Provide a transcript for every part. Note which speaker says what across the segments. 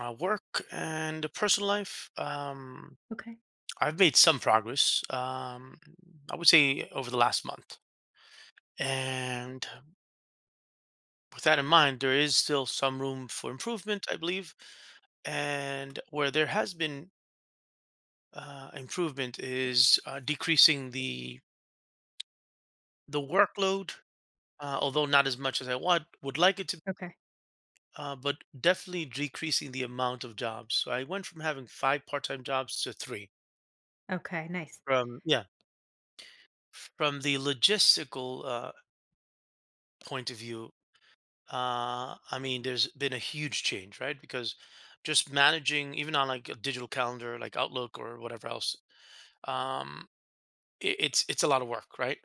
Speaker 1: Work and personal life.
Speaker 2: Okay.
Speaker 1: I've made some progress. I would say, over the last month, and with that in mind, there is still some room for improvement, I believe. And where there has been improvement is decreasing the workload, although not as much as I want would like it to.
Speaker 2: Okay.
Speaker 1: But definitely decreasing the amount of jobs. So I went from having five part-time jobs to three.
Speaker 2: Okay, nice.
Speaker 1: From Yeah. From the logistical point of view, I mean, there's been a huge change, right? Because just managing, even on like a digital calendar, like Outlook or whatever else, um, it's a lot of work, right?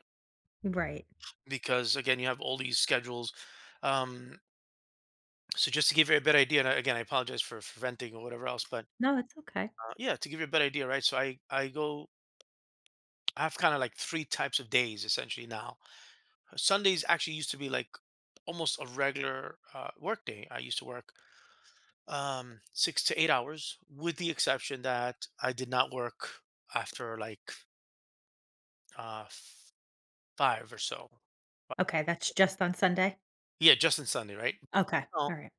Speaker 2: Right.
Speaker 1: Because again, you have all these schedules. Um, so just to give you a better idea, and again, I apologize for venting or whatever else, but
Speaker 2: No, it's okay.
Speaker 1: yeah, to give you a better idea, right? So I have kind of like three types of days essentially now. Sundays actually used to be like almost a regular work day. I used to work 6 to 8 hours, with the exception that I did not work after like uh f- 5 or so. But
Speaker 2: Okay, that's just on Sunday?
Speaker 1: yeah, just on Sunday, right?
Speaker 2: Okay.
Speaker 1: So,
Speaker 2: All right.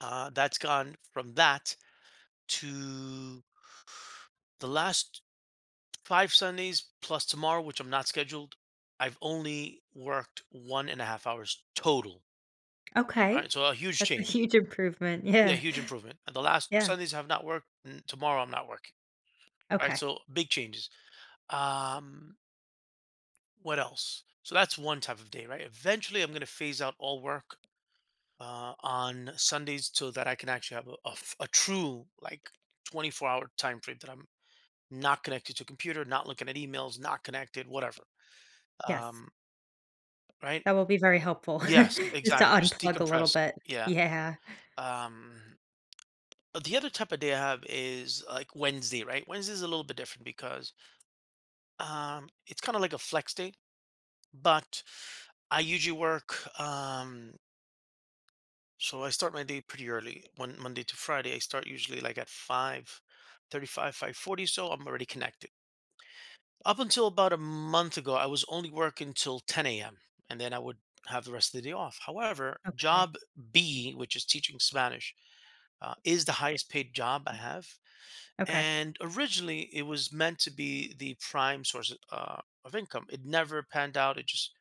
Speaker 1: that's gone from that to the last 5 Sundays, plus tomorrow, which I'm not scheduled. I've only worked 1.5 hours total. Right?
Speaker 2: Okay.
Speaker 1: So a huge
Speaker 2: That's a
Speaker 1: change.
Speaker 2: huge improvement.
Speaker 1: Yeah,
Speaker 2: Yeah.
Speaker 1: huge improvement. And the last two
Speaker 2: Yeah.
Speaker 1: Sundays I have not worked, and tomorrow I'm not working. Right?
Speaker 2: Okay.
Speaker 1: So big changes. Um What else? So that's one type of day, right? Eventually, I'm going to phase out all work on Sundays, so that I can actually have a true like 24-hour time frame that I'm not connected to computer, not looking at emails, not connected, whatever.
Speaker 2: Yes.
Speaker 1: Um, right?
Speaker 2: That will be very helpful
Speaker 1: Yes,
Speaker 2: just to
Speaker 1: exactly. Just
Speaker 2: unplug a little
Speaker 1: decompress.
Speaker 2: bit.
Speaker 1: Yeah.
Speaker 2: Yeah.
Speaker 1: Um, but the other type of day I have is like Wednesday, right? Wednesday is a little bit different because it's kind of like a flex day, but I usually work. So I start my day pretty early. One Monday to Friday, I start usually like at 5:35, 5:40, so I'm already connected. Up until about a month ago, I was only working till 10 a.m. and then I would have the rest of the day off. However,
Speaker 2: Okay.
Speaker 1: job B, which is teaching Spanish, is the highest paid job I have.
Speaker 2: Okay.
Speaker 1: And originally, it was meant to be the prime source of income. It never panned out. It just,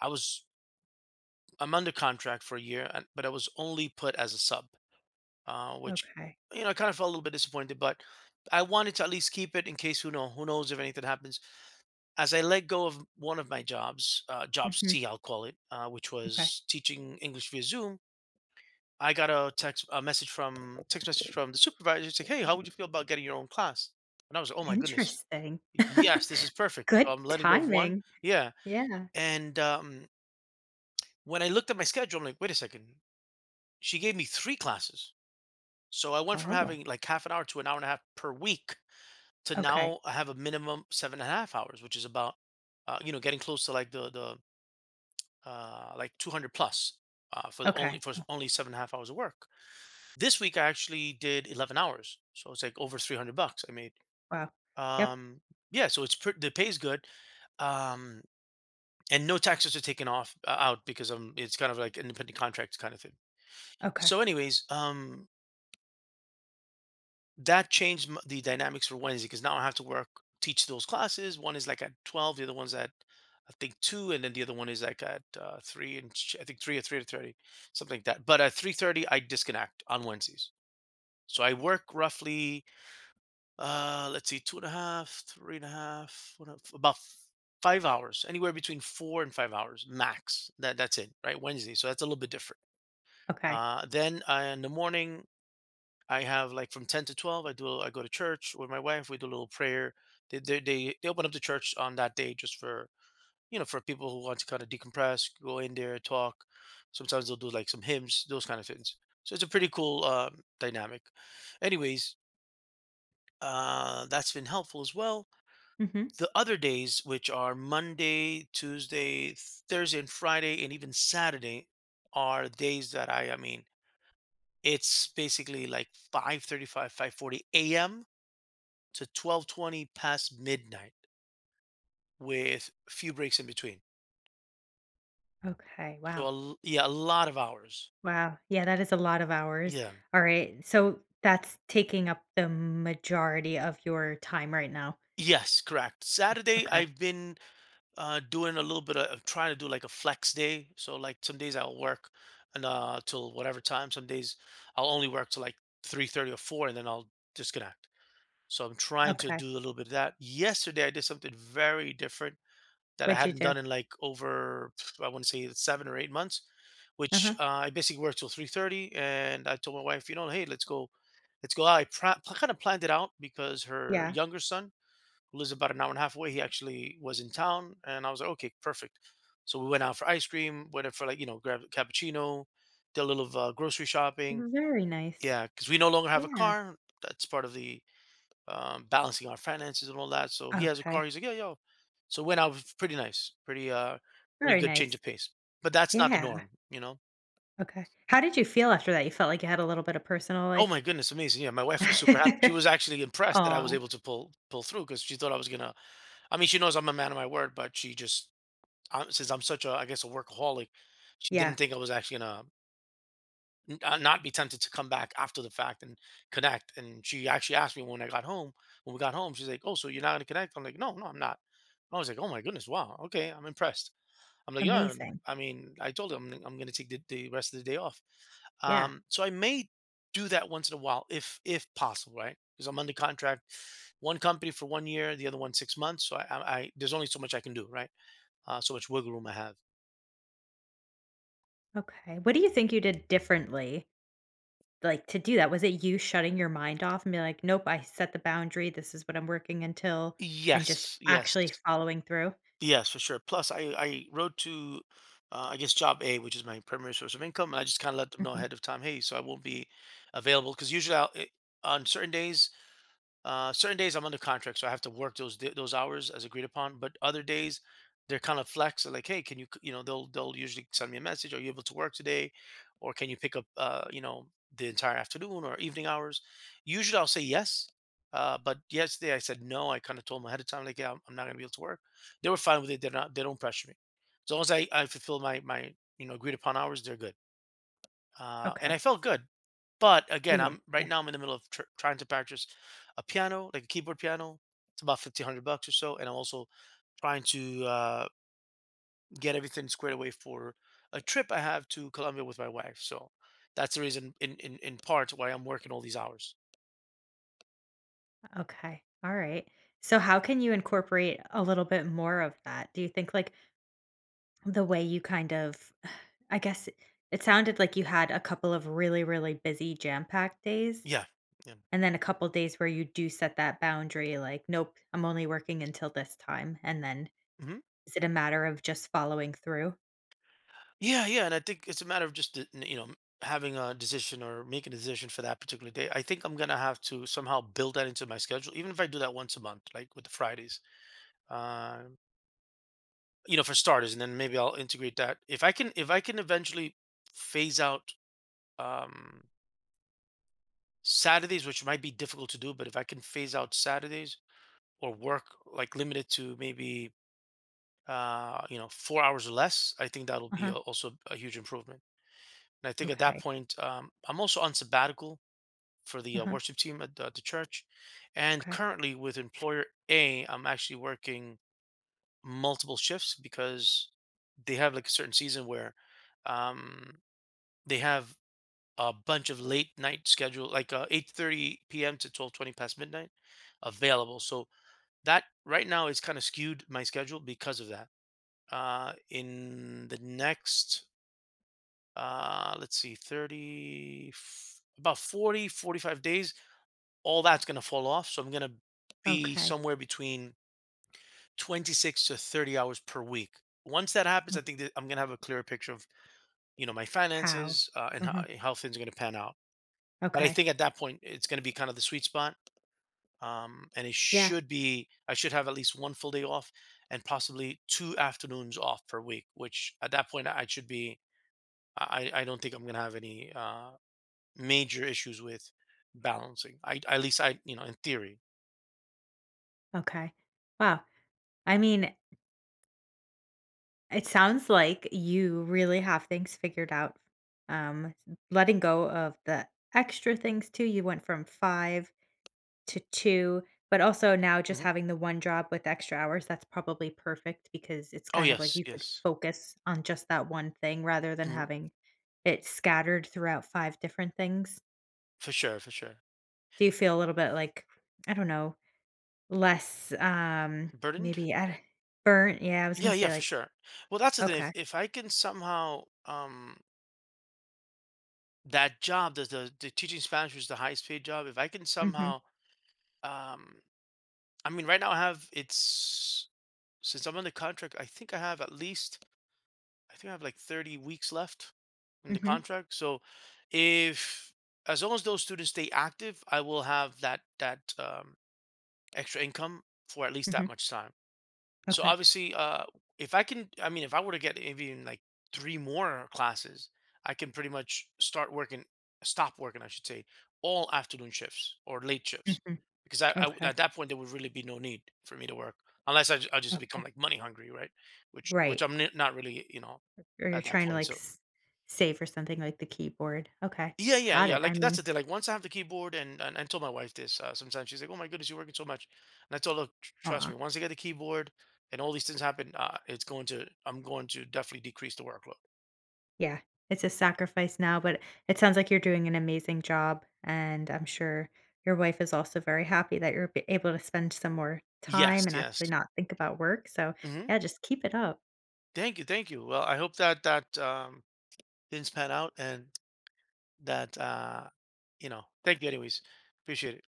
Speaker 1: I was, I'm under contract for a year, but I was only put as a sub. Which
Speaker 2: Okay.
Speaker 1: you know I kind of felt a little bit disappointed, but I wanted to at least keep it in case who knows if anything happens. As I let go of one of my jobs, job
Speaker 2: Mhm.
Speaker 1: C, I'll call it, which
Speaker 2: Okay.
Speaker 1: was teaching English via Zoom. I got a text a message from text message from the supervisor saying, "Hey, how would you feel about getting your own class?" And I was like, "Oh my goodness,
Speaker 2: Interesting.
Speaker 1: yes, this is perfect."
Speaker 2: Good
Speaker 1: I'm letting go of one.
Speaker 2: timing.
Speaker 1: Yeah.
Speaker 2: Yeah.
Speaker 1: And when I looked at my schedule, I'm like, "Wait a second, she gave me three classes." So I went from
Speaker 2: Oh,
Speaker 1: having like half an hour to an hour and a half per week to
Speaker 2: okay.
Speaker 1: now I have a minimum 7.5 hours, which is about you know, getting close to like the like 200 plus for the only
Speaker 2: Okay.
Speaker 1: for only 7.5 hours of work. This week I actually did 11 hours, so it's like over 300 bucks I made.
Speaker 2: Wow. Yep.
Speaker 1: Um, yeah, so it's pret the pay is good, um, and no taxes are taken off out, because it's kind of like independent contract kind of thing.
Speaker 2: Okay.
Speaker 1: So, anyways, that changed the dynamics for Wednesday, because now I have to work teach those classes. One is like at 12, the other one's at I think two, and then the other one is like at I think 3 or 3:30, something like that. But at 3:30, I disconnect on Wednesdays. So I work roughly, let's see, two and a half, three and a half, what else? About 5 hours, anywhere between 4 and 5 hours max. That's it, right? Wednesday. So that's a little bit different.
Speaker 2: Okay.
Speaker 1: Then in the morning, I have like from 10 to 12, I go to church with my wife. We do a little prayer. They open up the church on that day just for you know for people who want to kind of decompress, go in there, talk. Sometimes they'll do like some hymns, those kind of things. So it's a pretty cool dynamic. Anyways, that's been helpful as well.
Speaker 2: Mhm.
Speaker 1: The other days, which are Monday, Tuesday, Thursday, and Friday, and even Saturday, are days that I mean it's basically like 5:35, 5:40 a.m. to 12:20 past midnight, with a few breaks in between.
Speaker 2: Okay.
Speaker 1: So
Speaker 2: Wow.
Speaker 1: yeah, a lot of hours.
Speaker 2: Wow. Yeah, that is a lot of hours.
Speaker 1: Yeah.
Speaker 2: All right. So that's taking up the majority of your time right now.
Speaker 1: Yes, correct. Saturday,
Speaker 2: Okay.
Speaker 1: I've been doing a little bit of trying to do like a flex day. So like some days I'll work and till whatever time. Some days I'll only work till like 3:30 or 4, and then I'll disconnect. So I'm trying to
Speaker 2: Okay.
Speaker 1: do a little bit of that. Yesterday, I did something very different that I
Speaker 2: What'd you
Speaker 1: hadn't
Speaker 2: do?
Speaker 1: done in like over, I want to say, 7 or 8 months,
Speaker 2: Uh
Speaker 1: which
Speaker 2: huh.
Speaker 1: I basically worked till 3:30, and I told my wife, you know, hey, let's go out. Kind of planned it out because her
Speaker 2: Yeah.
Speaker 1: younger son, who lives about an hour and a half away, he actually was in town, and I was like, okay, perfect. So we went out for ice cream, went out for, like, grab a cappuccino, did a little grocery shopping.
Speaker 2: Very nice.
Speaker 1: Yeah, because we no longer have a
Speaker 2: Yeah.
Speaker 1: car. That's part of the balancing our finances and all that. So he has a car.
Speaker 2: Okay.
Speaker 1: He's like, yeah, yo. So went out, was pretty nice, pretty pretty
Speaker 2: Very
Speaker 1: good change
Speaker 2: nice.
Speaker 1: of pace. But that's not the
Speaker 2: Yeah.
Speaker 1: norm, you know.
Speaker 2: Okay. How did you feel after that? You felt like you had a little bit of personal
Speaker 1: Oh
Speaker 2: life?
Speaker 1: my goodness, amazing! Yeah, my wife was super happy. She was actually impressed that I was
Speaker 2: Oh.
Speaker 1: able to pull through because she thought I was gonna. I mean, she knows I'm a man of my word, but she just, since I'm such a, I guess, a workaholic, she
Speaker 2: Yeah.
Speaker 1: didn't think I was actually gonna not be tempted to come back after the fact and connect. And she actually asked me when I got home. When we got home, she's like, "Oh, so you're not gonna connect?" I'm like, "No, no, I'm not." I was like, "Oh my goodness, wow, okay, I'm impressed." I'm like, "Yeah,
Speaker 2: Amazing.
Speaker 1: I mean, I told her I'm gonna take the rest of the day off."
Speaker 2: Yeah.
Speaker 1: So I may do that once in a while if possible, right? Because I'm under contract, one company for 1 year, the other one 6 months. So I there's only so much I can do, right? So much wiggle room I have.
Speaker 2: Okay. What do you think you did differently? Like, to do that, was it you shutting your mind off and be like, "Nope, I set the boundary, this is what I'm working until," and just
Speaker 1: Yes, yes.
Speaker 2: actually following through?
Speaker 1: Yes, for sure. Plus, I wrote to, I guess, job A, which is my primary source of income, and I just kind of let them know
Speaker 2: Mhm.
Speaker 1: ahead of time, hey, so I won't be available. Because usually on certain days I'm under contract, so I have to work those hours as agreed upon. But other days, they're kind of flex. They're like, hey, you know, they'll usually send me a message. Are you able to work today, or can you pick up, you know, the entire afternoon or evening hours? Usually I'll say yes, but yesterday I said no. I kind of told them ahead of time like, yeah, I'm not gonna be able to work. They were fine with it. They're not. They don't pressure me. As long as I fulfill my you know agreed upon hours, they're good, and I
Speaker 2: Okay.
Speaker 1: felt good. But again,
Speaker 2: Yeah,
Speaker 1: I'm
Speaker 2: yeah.
Speaker 1: right now. I'm in the middle of trying to purchase a piano, like a keyboard piano. It's about 1,500 bucks or so, and I'm also trying to get everything squared away for a trip I have to Colombia with my wife. So that's the reason, in part, why I'm working all these hours.
Speaker 2: Okay. Alright. So how can you incorporate a little bit more of that? Do you think, like, the way you kind of I guess it sounded like you had a couple of really, really busy jam-packed days,
Speaker 1: Yeah, yeah,
Speaker 2: and then a couple days where you do set that boundary, like, "Nope, I'm only working until this time," and then
Speaker 1: hmm
Speaker 2: is it a matter of just following through?
Speaker 1: yeah, yeah. And I think it's a matter of just having a decision or making a decision for that particular day. I think I'm gonna have to somehow build that into my schedule, even if I do that once a month, like with the Fridays. Uh, for starters, and then maybe I'll integrate that. If I can eventually phase out um, Saturdays, which might be difficult to do, but if I can phase out Saturdays or work like limited to maybe 4 hours or less, I think that'll be
Speaker 2: Uh-huh.
Speaker 1: a, also a huge improvement. And I think at that
Speaker 2: Okay.
Speaker 1: point, I'm also on sabbatical for the
Speaker 2: Uh-huh.
Speaker 1: worship team at the church, and
Speaker 2: Okay.
Speaker 1: currently with employer A, I'm actually working multiple shifts because they have like a certain season where um they have a bunch of late night schedule, like 8:30 p.m. to 12:20 past midnight available. So that right now is kind of skewed my schedule because of that. In the next, let's see, about 40, 45 days, all that's going to fall off. So I'm going to be
Speaker 2: Okay.
Speaker 1: somewhere between 26 to 30 hours per week. Once that happens, I
Speaker 2: Oh,
Speaker 1: think that I'm going to have a clearer picture of, you know, my
Speaker 2: how?
Speaker 1: finances and
Speaker 2: Uh-huh.
Speaker 1: how things are going to pan out. But I
Speaker 2: Okay.
Speaker 1: think at that point, it's going to be kind of the sweet spot. And
Speaker 2: Yeah.
Speaker 1: I should have at least one full day off and possibly two afternoons off per week, which at that point, I don't think I'm going to have any major issues with balancing. At least I, you know, in theory.
Speaker 2: Okay. Wow. I mean, it sounds like you really have things figured out. Um, Letting go of the extra things too. You went from five to two, but also now just
Speaker 1: Mhm.
Speaker 2: having the one job with extra hours, that's probably perfect because it's
Speaker 1: Oh,
Speaker 2: kind of like
Speaker 1: yes,
Speaker 2: you could
Speaker 1: yes.
Speaker 2: focus on just that one thing rather than
Speaker 1: Mhm.
Speaker 2: having it scattered throughout five different things.
Speaker 1: For sure, for sure.
Speaker 2: Do you feel a little bit like, I don't know, less,
Speaker 1: Burdened?
Speaker 2: maybe I d- burnt? Yeah, I was gonna
Speaker 1: Yeah, yeah,
Speaker 2: say
Speaker 1: for
Speaker 2: like,
Speaker 1: sure. Well, that's the thing. If,
Speaker 2: okay.
Speaker 1: if I can somehow, that job, the teaching Spanish was the highest paid job. If I can
Speaker 2: Mhm.
Speaker 1: somehow, um, I mean, right now I have it's since I'm on the contract, I think I have like 30 weeks left in the
Speaker 2: Mhm.
Speaker 1: contract. So if as long as those students stay active, I will have that extra income for at least that
Speaker 2: Mhm.
Speaker 1: much time. So
Speaker 2: Okay.
Speaker 1: obviously, if I can, I mean, if I were to get even like three more classes, I can pretty much start working, stop working, I should say, all afternoon shifts or late shifts,
Speaker 2: Mhm.
Speaker 1: because I
Speaker 2: Okay.
Speaker 1: at that point there would really be no need for me to work unless I just become
Speaker 2: Okay.
Speaker 1: like money hungry, right? Which
Speaker 2: Right.
Speaker 1: I'm not really, you know,
Speaker 2: Or you're
Speaker 1: at that
Speaker 2: trying to
Speaker 1: point.
Speaker 2: like
Speaker 1: So
Speaker 2: s- save or something like the keyboard. Okay.
Speaker 1: yeah, yeah,
Speaker 2: Got it.
Speaker 1: yeah.
Speaker 2: I
Speaker 1: Like that's
Speaker 2: mean,
Speaker 1: the thing. Like once I have the keyboard, and told my wife this. Sometimes she's like, "Oh my goodness, you're working so much," and I told her, "Trust
Speaker 2: aw,
Speaker 1: me, once I get the keyboard and all these things happen, it's going to. I'm going to definitely decrease the workload."
Speaker 2: yeah. It's a sacrifice now, but it sounds like you're doing an amazing job. And I'm sure your wife is also very happy that you're be- able to spend some more time
Speaker 1: Yes,
Speaker 2: and
Speaker 1: yes.
Speaker 2: actually not think about work. So,
Speaker 1: Hmm.
Speaker 2: yeah, just keep it up.
Speaker 1: Thank you, thank you. Well, I hope that things pan out, and that you know. Thank you, anyways. Appreciate it.